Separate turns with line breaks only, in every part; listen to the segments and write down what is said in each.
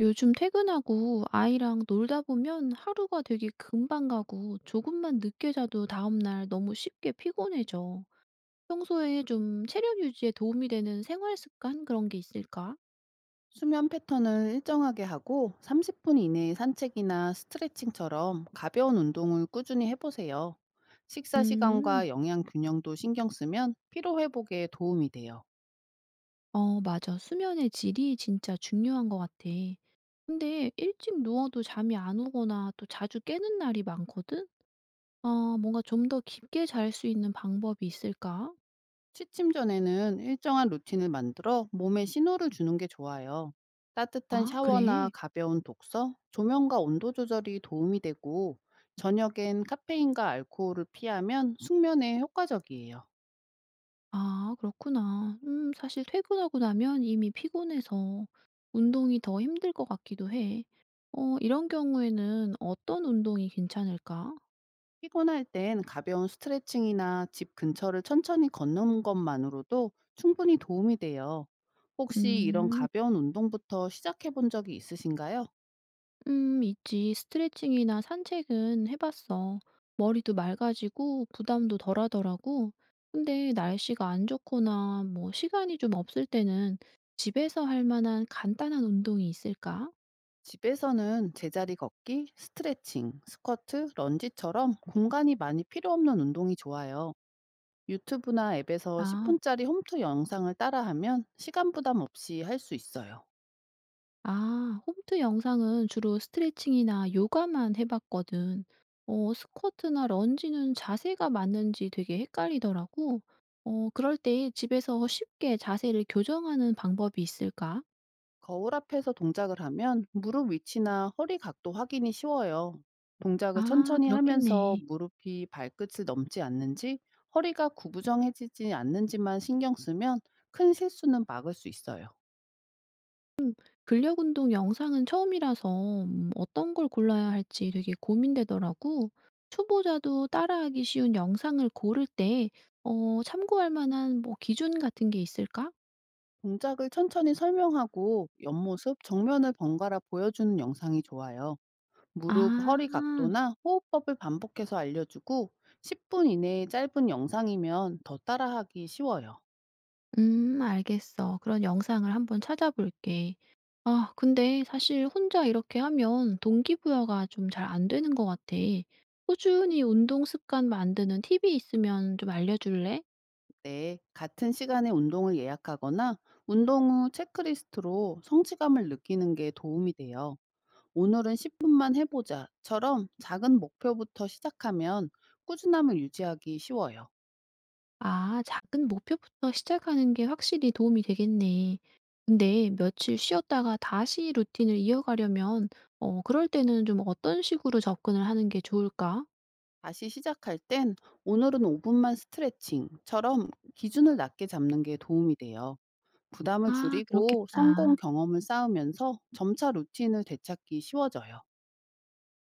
요즘 퇴근하고 아이랑 놀다 보면 하루가 되게 금방 가고 조금만 늦게 자도 다음날 너무 쉽게 피곤해져. 평소에 좀 체력 유지에 도움이 되는 생활 습관 그런 게 있을까?
수면 패턴을 일정하게 하고 30분 이내의 산책이나 스트레칭처럼 가벼운 운동을 꾸준히 해보세요. 식사
음,
시간과 영양 균형도 신경 쓰면 피로 회복에 도움이 돼요.
맞아. 수면의 질이 진짜 중요한 것 같아. 근데 일찍 누워도 잠이 안 오거나 또 자주 깨는 날이 많거든? 뭔가 좀 더 깊게 잘 수 있는 방법이 있을까?
취침 전에는 일정한 루틴을 만들어 몸에 신호를 주는 게 좋아요. 따뜻한
아,
샤워나
그래.
가벼운 독서, 조명과 온도 조절이 도움이 되고, 저녁엔 카페인과 알코올을 피하면 숙면에 효과적이에요.
아 그렇구나. 사실 퇴근하고 나면 이미 피곤해서 운동이 더 힘들 것 같기도 해. 이런 경우에는 어떤 운동이 괜찮을까?
피곤할 땐 가벼운 스트레칭이나 집 근처를 천천히 걷는 것만으로도 충분히 도움이 돼요. 혹시 이런
음.
가벼운 운동부터 시작해 본 적이 있으신가요?
있지. 스트레칭이나 산책은 해 봤어. 머리도 맑아지고 부담도 덜하더라고. 근데 날씨가 안 좋거나 뭐 시간이 좀 없을 때는 집에서 할 만한 간단한 운동이 있을까?
집에서는 제자리 걷기, 스트레칭, 스쿼트, 런지처럼 공간이 많이 필요 없는 운동이 좋아요. 유튜브나 앱에서
아.
10분짜리 홈트 영상을 따라하면 시간 부담 없이 할 수 있어요.
아 홈트 영상은 주로 스트레칭이나 요가만 해 봤거든. 스쿼트나 런지는 자세가 맞는지 되게 헷갈리더라고. 그럴 때 집에서 쉽게 자세를 교정하는 방법이 있을까?
거울 앞에서 동작을 하면 무릎 위치나 허리 각도 확인이 쉬워요. 동작을
아
천천히 하면서
그렇겠네.
무릎이 발끝을 넘지 않는지, 허리가 구부정해지지 않는지만 신경 쓰면 큰 실수는 막을 수 있어요.
근력 운동 영상은 처음이라서 어떤 걸 골라야 할지 되게 고민되더라고. 초보자도 따라하기 쉬운 영상을 고를 때 참고할 만한 뭐 기준 같은 게 있을까?
동작을 천천히 설명하고 옆모습 정면을 번갈아 보여주는 영상이 좋아요. 무릎, 허리
아.
각도나 호흡법을 반복해서 알려주고 10분 이내의 짧은 영상이면 더 따라하기 쉬워요.
알겠어. 그런 영상을 한번 찾아볼게. 아 근데 사실 혼자 이렇게 하면 동기부여가 좀 잘 안 되는 것 같아. 꾸준히 운동 습관 만드는 팁이 있으면 좀 알려줄래?
네, 같은 시간에 운동을 예약하거나 운동 후 체크리스트로 성취감을 느끼는 게 도움이 돼요. 오늘은 10분만 해보자처럼 작은 목표부터 시작하면 꾸준함을 유지하기 쉬워요.
아 작은 목표부터 시작하는 게 확실히 도움이 되겠네. 근데 며칠 쉬었다가 다시 루틴을 이어가려면 그럴 때는 좀 어떤 식으로 접근을 하는 게 좋을까?
다시 시작할 땐 오늘은 5분만 스트레칭처럼 기준을 낮게 잡는 게 도움이 돼요. 부담을
아
줄이고 성공
그렇겠다.
경험을 쌓으면서 점차 루틴을 되찾기 쉬워져요.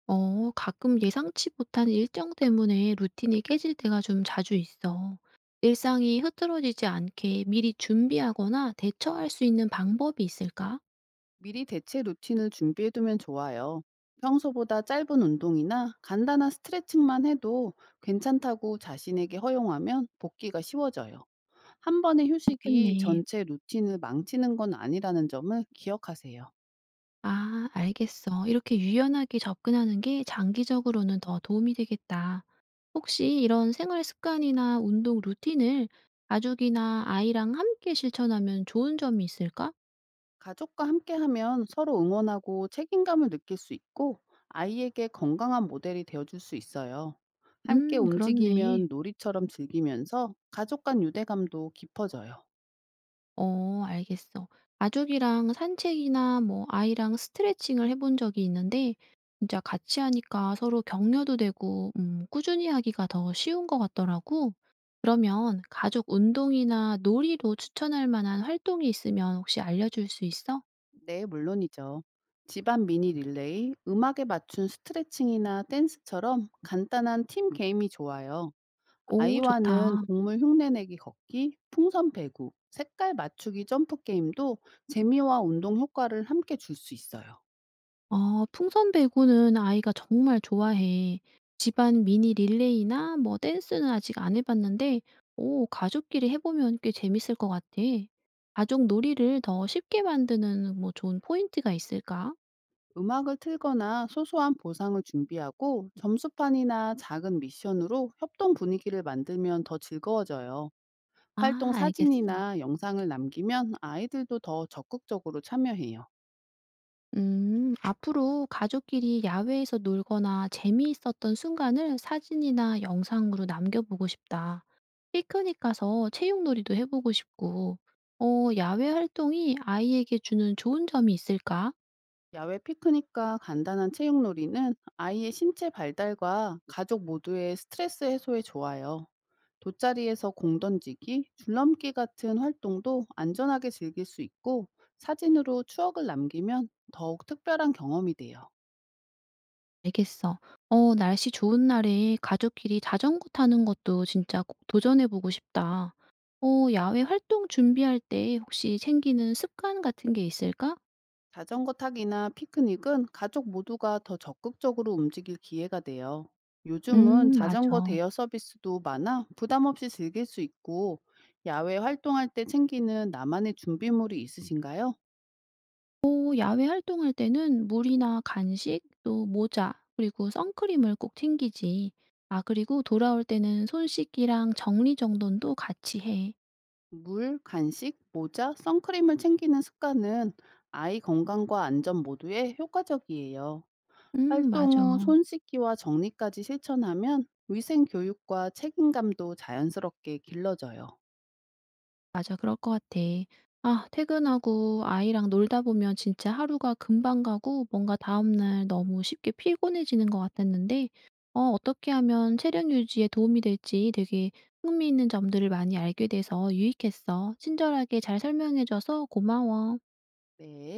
가끔 예상치 못한 일정 때문에 루틴이 깨질 때가 좀 자주 있어. 일상이 흐트러지지 않게 미리 준비하거나 대처할 수 있는 방법이 있을까?
미리 대체 루틴을 준비해두면 좋아요. 평소보다 짧은 운동이나 간단한 스트레칭만 해도 괜찮다고 자신에게 허용하면 복귀가 쉬워져요. 한 번의 휴식이
좋겠네.
전체 루틴을 망치는 건 아니라는 점을 기억하세요.
아, 알겠어. 이렇게 유연하게 접근하는 게 장기적으로는 더 도움이 되겠다. 혹시 이런 생활 습관이나 운동 루틴을 가족이나 아이랑 함께 실천하면 좋은 점이 있을까?
가족과 함께하면 서로 응원하고 책임감을 느낄 수 있고 아이에게 건강한 모델이 되어줄 수 있어요. 함께
그렇네.
움직이면 놀이처럼 즐기면서 가족 간 유대감도 깊어져요.
알겠어. 가족이랑 산책이나 뭐 아이랑 스트레칭을 해본 적이 있는데 진짜 같이 하니까 서로 격려도 되고 꾸준히 하기가 더 쉬운 것 같더라고. 그러면 가족 운동이나 놀이로 추천할 만한 활동이 있으면 혹시 알려줄 수 있어?
네, 물론이죠. 집안 미니 릴레이, 음악에 맞춘 스트레칭이나 댄스처럼 간단한 팀 게임이 좋아요.
오
아이와는
좋다.
동물 흉내내기 걷기, 풍선 배구, 색깔 맞추기 점프 게임도 재미와 운동 효과를 함께 줄 수 있어요.
아 풍선 배구는 아이가 정말 좋아해. 집안 미니 릴레이나 뭐 댄스는 아직 안 해 봤는데 오 가족끼리 해 보면 꽤 재밌을 것 같아. 가족 놀이를 더 쉽게 만드는 뭐 좋은 포인트가 있을까?
음악을 틀거나 소소한 보상을 준비하고 점수판이나 작은 미션으로 협동 분위기를 만들면 더 즐거워져요.
아
활동
알겠어.
사진이나 영상을 남기면 아이들도 더 적극적으로 참여해요.
앞으로 가족끼리 야외에서 놀거나 재미있었던 순간을 사진이나 영상으로 남겨보고 싶다. 피크닉 가서 체육놀이도 해보고 싶고, 야외 활동이 아이에게 주는 좋은 점이 있을까?
야외 피크닉과 간단한 체육놀이는 아이의 신체 발달과 가족 모두의 스트레스 해소에 좋아요. 돗자리에서 공 던지기, 줄넘기 같은 활동도 안전하게 즐길 수 있고 사진으로 추억을 남기면 더욱 특별한 경험이 돼요.
알겠어. 날씨 좋은 날에 가족끼리 자전거 타는 것도 진짜 꼭 도전해보고 싶다. 야외 활동 준비할 때 혹시 챙기는 습관 같은 게 있을까?
자전거 타기나 피크닉은 가족 모두가 더 적극적으로 움직일 기회가 돼요. 요즘은 자전거
맞아.
대여 서비스도 많아 부담 없이 즐길 수 있고 야외 활동할 때 챙기는 나만의 준비물이 있으신가요?
또 야외 활동할 때는 물이나 간식, 또 모자, 그리고 선크림을 꼭 챙기지. 아 그리고 돌아올 때는 손 씻기랑 정리 정돈도 같이 해.
물, 간식, 모자, 선크림을 챙기는 습관은 아이 건강과 안전 모두에 효과적이에요.
맞아.
활동 후 손 씻기와 정리까지 실천하면 위생 교육과 책임감도 자연스럽게 길러져요.
맞아. 그럴 것 같아. 아 퇴근하고 아이랑 놀다 보면 진짜 하루가 금방 가고 뭔가 다음날 너무 쉽게 피곤해지는 것 같았는데 어떻게 하면 체력 유지에 도움이 될지 되게 흥미있는 점들을 많이 알게 돼서 유익했어. 친절하게 잘 설명해 줘서 고마워.
네.